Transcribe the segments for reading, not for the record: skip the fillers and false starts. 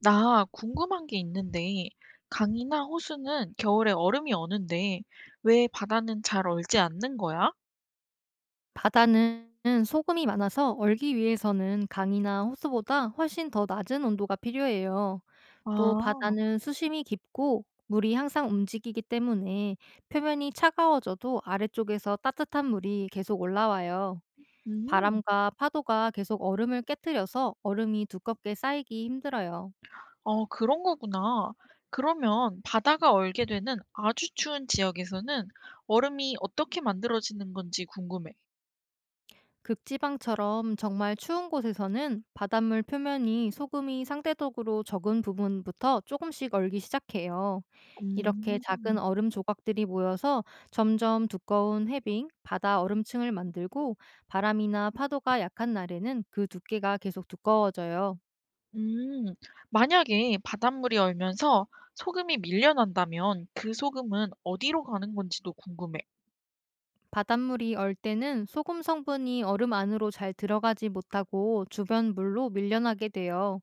나 궁금한 게 있는데, 강이나 호수는 겨울에 얼음이 어는데, 왜 바다는 잘 얼지 않는 거야? 바다는 소금이 많아서 얼기 위해서는 강이나 호수보다 훨씬 더 낮은 온도가 필요해요. 아, 또 바다는 수심이 깊고 물이 항상 움직이기 때문에 표면이 차가워져도 아래쪽에서 따뜻한 물이 계속 올라와요. 음, 바람과 파도가 계속 얼음을 깨뜨려서 얼음이 두껍게 쌓이기 힘들어요. 어, 그런 거구나. 그러면 바다가 얼게 되는 아주 추운 지역에서는 얼음이 어떻게 만들어지는 건지 궁금해. 극지방처럼 정말 추운 곳에서는 바닷물 표면이 소금이 상대적으로 적은 부분부터 조금씩 얼기 시작해요. 이렇게 음, 작은 얼음 조각들이 모여서 점점 두꺼운 해빙, 바다 얼음층을 만들고, 바람이나 파도가 약한 날에는 그 두께가 계속 두꺼워져요. 음, 만약에 바닷물이 얼면서 소금이 밀려난다면 그 소금은 어디로 가는 건지도 궁금해. 바닷물이 얼 때는 소금 성분이 얼음 안으로 잘 들어가지 못하고 주변 물로 밀려나게 돼요.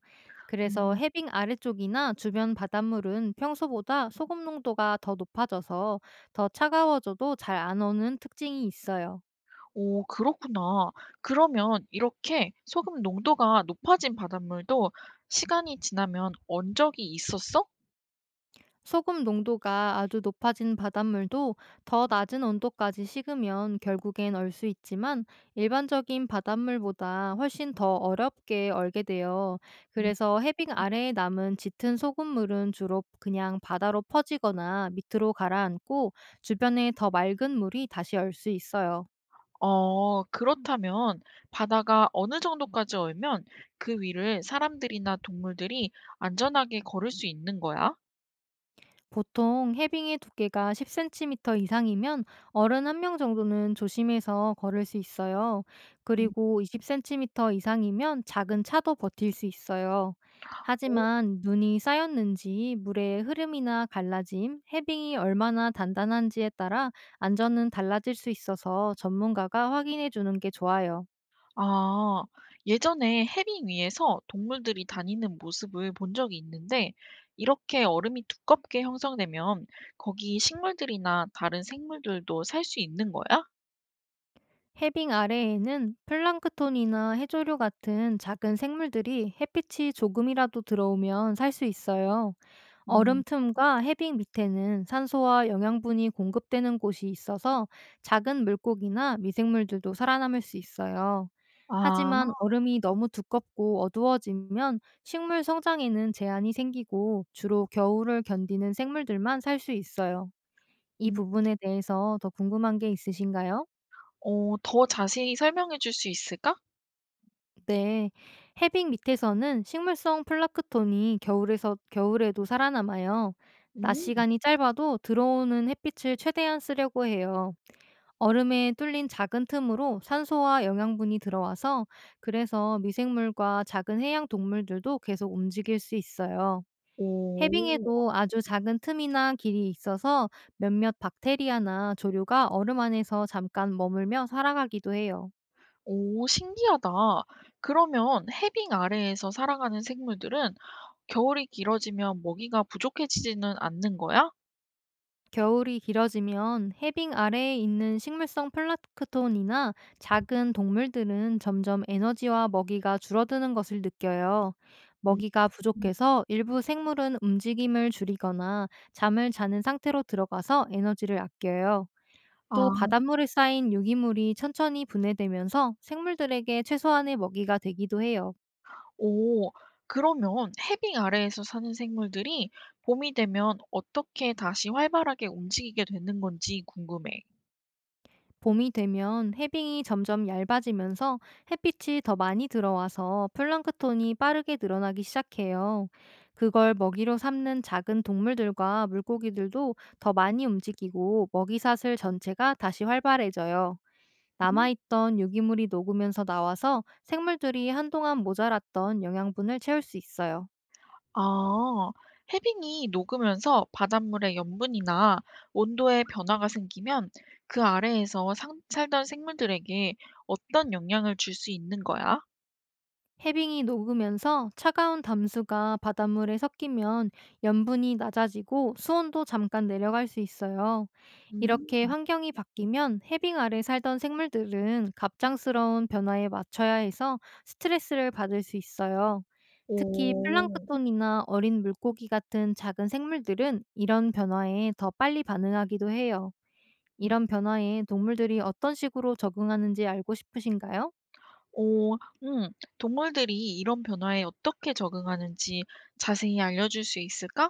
그래서 해빙 아래쪽이나 주변 바닷물은 평소보다 소금 농도가 더 높아져서 더 차가워져도 잘 안 오는 특징이 있어요. 오, 그렇구나. 그러면 이렇게 소금 농도가 높아진 바닷물도 시간이 지나면 온 적이 있었어? 소금 농도가 아주 높아진 바닷물도 더 낮은 온도까지 식으면 결국엔 얼 수 있지만, 일반적인 바닷물보다 훨씬 더 어렵게 얼게 돼요. 음. 그래서 해빙 아래에 남은 짙은 소금물은 주로 그냥 바다로 퍼지거나 밑으로 가라앉고, 주변에 더 맑은 물이 다시 얼 수 있어요. 어, 그렇다면 바다가 어느 정도까지 얼면 그 위를 사람들이나 동물들이 안전하게 걸을 수 있는 거야? 보통 해빙의 두께가 10cm 이상이면 어른 한 명 정도는 조심해서 걸을 수 있어요. 음. 그리고 20cm 이상이면 작은 차도 버틸 수 있어요. 오. 하지만 눈이 쌓였는지, 물의 흐름이나 갈라짐, 해빙이 얼마나 단단한지에 따라 안전은 달라질 수 있어서 전문가가 확인해 주는 게 좋아요. 아, 예전에 해빙 위에서 동물들이 다니는 모습을 본 적이 있는데 이렇게 얼음이 두껍게 형성되면 거기 식물들이나 다른 생물들도 살 수 있는 거야? 해빙 아래에는 플랑크톤이나 해조류 같은 작은 생물들이 햇빛이 조금이라도 들어오면 살 수 있어요. 음. 얼음 틈과 해빙 밑에는 산소와 영양분이 공급되는 곳이 있어서 작은 물고기나 미생물들도 살아남을 수 있어요. 아. 하지만 얼음이 너무 두껍고 어두워지면 식물 성장에는 제한이 생기고, 주로 겨울을 견디는 생물들만 살 수 있어요. 이 음. 부분에 대해서 더 궁금한 게 있으신가요? 어, 더 자세히 설명해 줄 수 있을까? 네, 해빙 밑에서는 식물성 플라크톤이 겨울에서 겨울에도 살아남아요. 낮 음. 시간이 짧아도 들어오는 햇빛을 최대한 쓰려고 해요. 얼음에 뚫린 작은 틈으로 산소와 영양분이 들어와서, 그래서 미생물과 작은 해양 동물들도 계속 움직일 수 있어요. 오. 해빙에도 아주 작은 틈이나 길이 있어서 몇몇 박테리아나 조류가 얼음 안에서 잠깐 머물며 살아가기도 해요. 오, 신기하다. 그러면 해빙 아래에서 살아가는 생물들은 겨울이 길어지면 먹이가 부족해지지는 않는 거야? 겨울이 길어지면 해빙 아래에 있는 식물성 플라크톤이나 작은 동물들은 점점 에너지와 먹이가 줄어드는 것을 느껴요. 음. 먹이가 부족해서 일부 생물은 움직임을 줄이거나 잠을 자는 상태로 들어가서 에너지를 아껴요. 또 아. 바닷물에 쌓인 유기물이 천천히 분해되면서 생물들에게 최소한의 먹이가 되기도 해요. 오. 그러면 해빙 아래에서 사는 생물들이 봄이 되면 어떻게 다시 활발하게 움직이게 되는 건지 궁금해. 봄이 되면 해빙이 점점 얇아지면서 햇빛이 더 많이 들어와서 플랑크톤이 빠르게 늘어나기 시작해요. 그걸 먹이로 삼는 작은 동물들과 물고기들도 더 많이 움직이고, 먹이사슬 전체가 다시 활발해져요. 남아있던 유기물이 녹으면서 나와서 생물들이 한동안 모자랐던 영양분을 채울 수 있어요. 아, 해빙이 녹으면서 바닷물의 염분이나 온도의 변화가 생기면 그 아래에서 살던 생물들에게 어떤 영향을 줄 수 있는 거야? 해빙이 녹으면서 차가운 담수가 바닷물에 섞이면 염분이 낮아지고 수온도 잠깐 내려갈 수 있어요. 이렇게 음. 환경이 바뀌면 해빙 아래 살던 생물들은 갑작스러운 변화에 맞춰야 해서 스트레스를 받을 수 있어요. 특히 오, 플랑크톤이나 어린 물고기 같은 작은 생물들은 이런 변화에 더 빨리 반응하기도 해요. 음, 이런 변화에 동물들이 어떤 식으로 적응하는지 알고 싶으신가요? 오, 음, 동물들이 이런 변화에 어떻게 적응하는지 자세히 알려줄 수 있을까?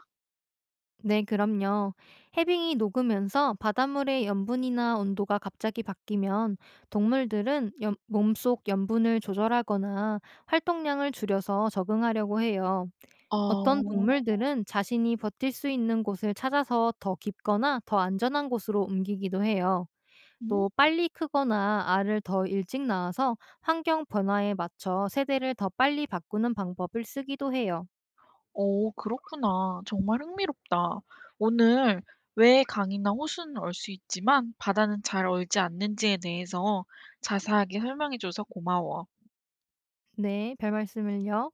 네, 그럼요. 해빙이 녹으면서 바닷물의 염분이나 온도가 갑자기 바뀌면 동물들은 몸속 염분을 조절하거나 활동량을 줄여서 적응하려고 해요. 어떤 어, 동물들은 자신이 버틸 수 있는 곳을 찾아서 더 깊거나 더 안전한 곳으로 옮기기도 해요. 음. 또 빨리 크거나 알을 더 일찍 낳아서 환경 변화에 맞춰 세대를 더 빨리 바꾸는 방법을 쓰기도 해요. 오, 그렇구나. 정말 흥미롭다. 오늘 왜 강이나 호수는 얼 수 있지만 바다는 잘 얼지 않는지에 대해서 자세하게 설명해 줘서 고마워. 네, 별 말씀을요.